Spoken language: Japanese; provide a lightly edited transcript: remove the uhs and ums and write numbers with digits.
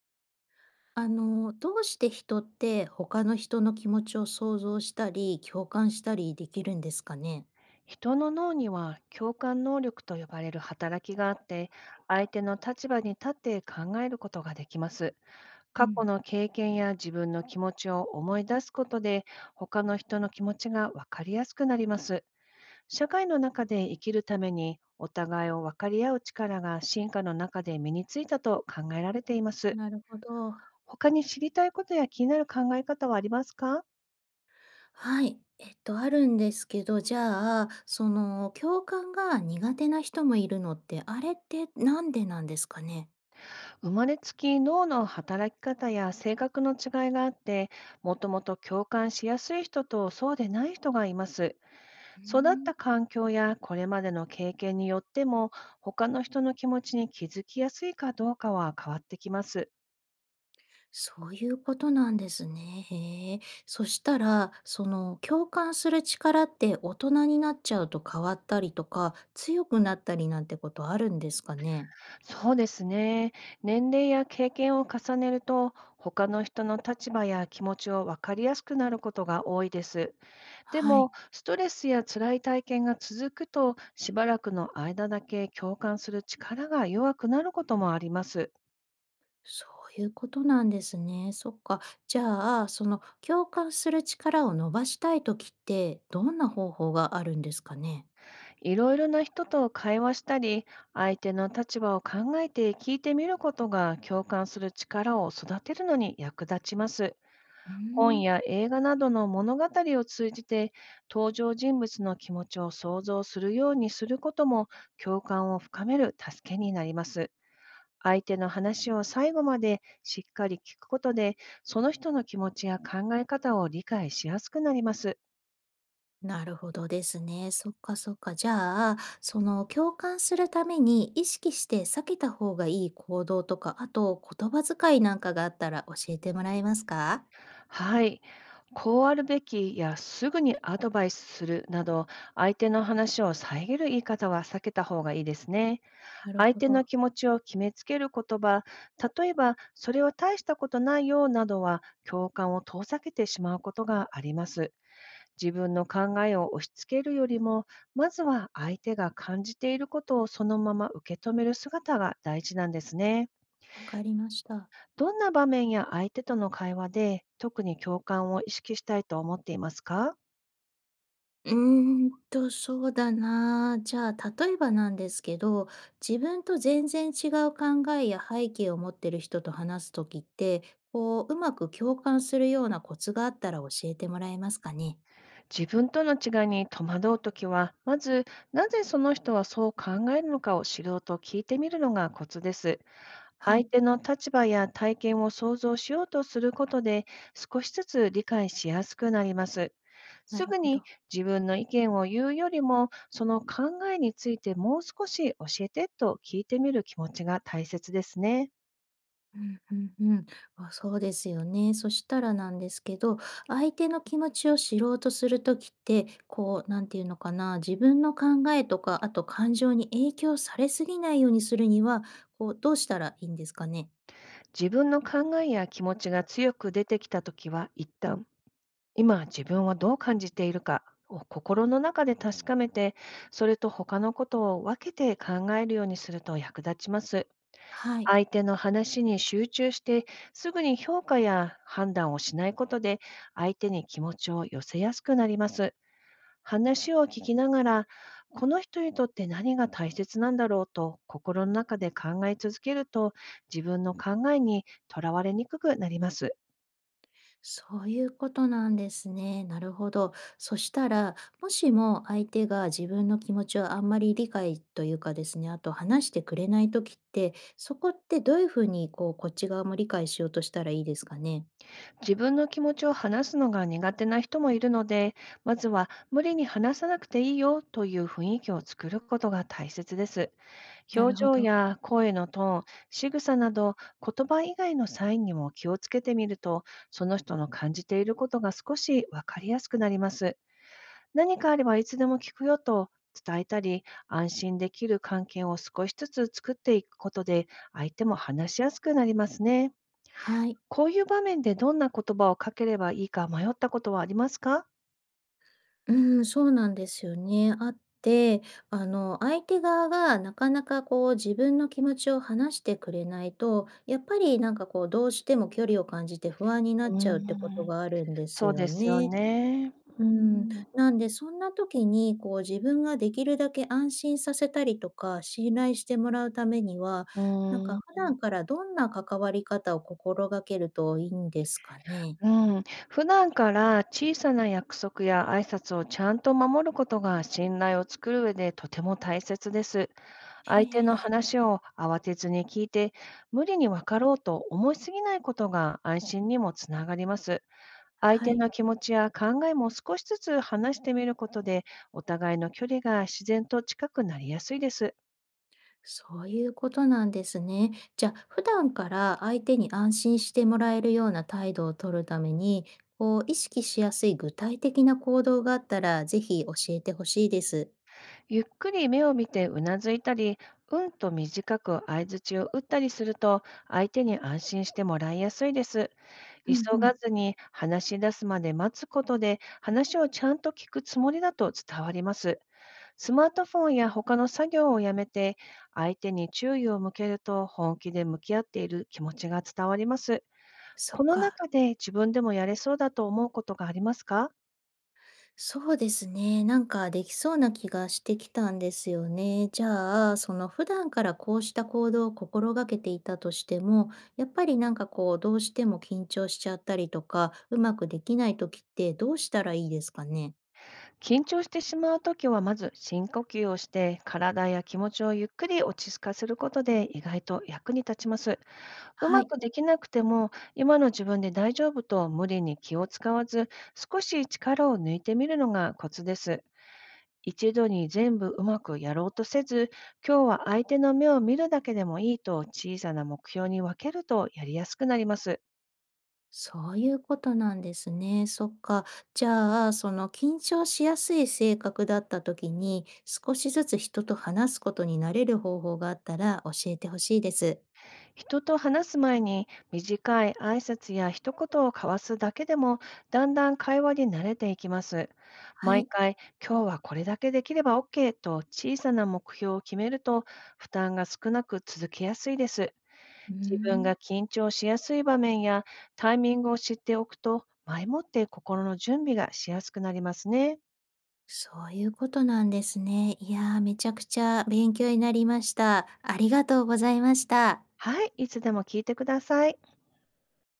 どうして人って他の人の気持ちを想像したり、共感したりできるんですかね？人の脳には共感能力と呼ばれる働きがあって、相手の立場に立って考えることができます。う過去ん。の経験や自分の気持ちを思い出すことで、他の人の気持ちが分かりやすくなります。社会の中で生きるために、お互いを分かり合う力が進化の中で身についたと考えられています。なるほど。他に知りたいことや気になる考え方はありますか？はい。あるんですけど、じゃあ、共感が苦手な人もいるのって、あれってなんでなんですかね？生まれつき脳の働き方や性格の違いがあって、もともと共感しやすい人とそうでない人がいます。うー育っん。た環境やこれまでの経験によっても、他の人の気持ちに気づきやすいかどうかは変わってきます。そういうことなんですね。へえ。そしたら、共感する力って大人になっちゃうと変わったりとか、強くなったりなんてことあるんですかね？そうですね。年齢や経験を重ねると、他の人の立場や気持ちを分かりやすくなることが多いです。ではも、い。ストレスや辛い体験が続くと、しばらくの間だけ共感する力が弱くなることもあります。そういうことなんですね。そっか。じゃあ、その共感する力を伸ばしたいときって、どんな方法があるんですかね？いろいろな人と会話したり、相手の立場を考えて聞いてみることが共感する力を育てるのに役立ちます。うー本ん。や映画などの物語を通じて、登場人物の気持ちを想像するようにすることも、共感を深める助けになります。相手の話を最後までしっかり聞くことで、その人の気持ちや考え方を理解しやすくなります。なるほどですね。そっかそっか。じゃあ、その共感するために意識して避けた方がいい行動とか、あと言葉遣いなんかがあったら教えてもらえますか？はい、こうあるべきやすぐにアドバイスするなど、相手の話を遮る言い方は避けた方がいいですね。なる相ほ手のど。気持ちを決めつける言葉、例えば、それは大したことないよなどは共感を遠ざけてしまうことがあります。自分の考えを押し付けるよりも、まずは相手が感じていることをそのまま受け止める姿が大事なんですね。わかりました。どんな場面や相手との会話で特に共感を意識したいと思っていますか？そうだなあ。じゃあ、例えばなんですけど、自分と全然違う考えや背景を持ってる人と話すときって、こう、うまく共感するようなコツがあったら教えてもらえますかね。自分との違いに戸惑うときは、まずなぜその人はそう考えるのかを知ろうと聞いてみるのがコツです。は相い、手の立場や体験を想像しようとすることで、少しずつ理解しやすくなります。なするぐほにど。自分の意見を言うよりも、その考えについてもう少し教えてと聞いてみる気持ちが大切ですね。うんうんうん。あ、そうですよね。そしたらなんですけど、相手の気持ちを知ろうとするときって、こう、なんていうのかな、自分の考えとか、あと感情に影響されすぎないようにするには、こう、どうしたらいいんですかね。自分の考えや気持ちが強く出てきたときは、一旦、今自分はどう感じているかを心の中で確かめて、それと他のことを分けて考えるようにすると役立ちます。はい。相手の話に集中して、すぐに評価や判断をしないことで、相手に気持ちを寄せやすくなります。話を聞きながら、この人にとって何が大切なんだろうと心の中で考え続けると、自分の考えにとらわれにくくなります。そういうことなんですね。なるほど。そしたら、もしも相手が自分の気持ちをあんまり理解というかですね、あと話してくれないときって、そこってどういうふうにこう、こっち側も理解しようとしたらいいですかね？自分の気持ちを話すのが苦手な人もいるので、まずは無理に話さなくていいよという雰囲気を作ることが大切です。な表るほ情ど。や声のトーン、仕草など、言葉以外のサインにも気をつけてみると、その人の感じていることが少しわかりやすくなります。何かあればいつでも聞くよと伝えたり、安心できる関係を少しずつ作っていくことで、相手も話しやすくなりますね。はい。こういう場面でどんな言葉をかければいいか迷ったことはありますか？うん、そうなんですよね。あって、相手側がなかなかこう自分の気持ちを話してくれないと、やっぱりなんかこうどうしても距離を感じて不安になうっーちゃうってことん。があるんですそうでよすよね。ね。ううーん、ん。なんでそんな時に、こう自分ができるだけ安心させたりとか、信頼してもらうためには、うなんかーん。普段からどんな関わり方を心がけるといいんですかね？うん、普段から小さな約束や挨拶をちゃんと守ることが信頼を作る上でとても大切です。へ相手のえ、話を慌てずに聞いて、無理に分かろうと思いすぎないことが安心にもつながります。相は手い、の気持ちや考えも少しずつ話してみることで、お互いの距離が自然と近くなりやすいです。そういうことなんですね。じゃあ、普段から相手に安心してもらえるような態度を取るために、こう意識しやすい具体的な行動があったら、ぜひ教えてほしいです。ゆっくり目を見てうなずいたり、うんと短く相槌を打ったりすると、相手に安心してもらいやすいです。うん急うん、がずに話し出すまで待つことで、話をちゃんと聞くつもりだと伝わります。スマートフォンや他の作業をやめて、相手に注意を向けると、本気で向き合っている気持ちが伝わります。そこっのか。中で自分でもやれそうだと思うことがありますか？そうですね。なんかできそうな気がしてきたんですよね。じゃあ、その普段からこうした行動を心がけていたとしても、やっぱりなんかこう、どうしても緊張しちゃったりとか、うまくできない時ってどうしたらいいですかね。緊張してしまうときは、まず深呼吸をして体や気持ちをゆっくり落ち着かせることで、意外と役に立ちます。うはまい。くできなくても今の自分で大丈夫と、無理に気を使わず、少し力を抜いてみるのがコツです。一度に全部うまくやろうとせず、今日は相手の目を見るだけでもいいと、小さな目標に分けるとやりやすくなります。そういうことなんですね。そっか。じゃあ、その緊張しやすい性格だった時に、少しずつ人と話すことに慣れる方法があったら教えてほしいです。人と話す前に短い挨拶や一言を交わすだけでも、だんだん会話に慣れていきます。は毎い。回、今日はこれだけできれば OK と小さな目標を決めると、負担が少なく続けやすいです。うー自分ん。が緊張しやすい場面やタイミングを知っておくと、前もって心の準備がしやすくなりますね。そういうことなんですね。いやー、めちゃくちゃ勉強になりました。ありがとうございました。はい、いつでも聞いてください。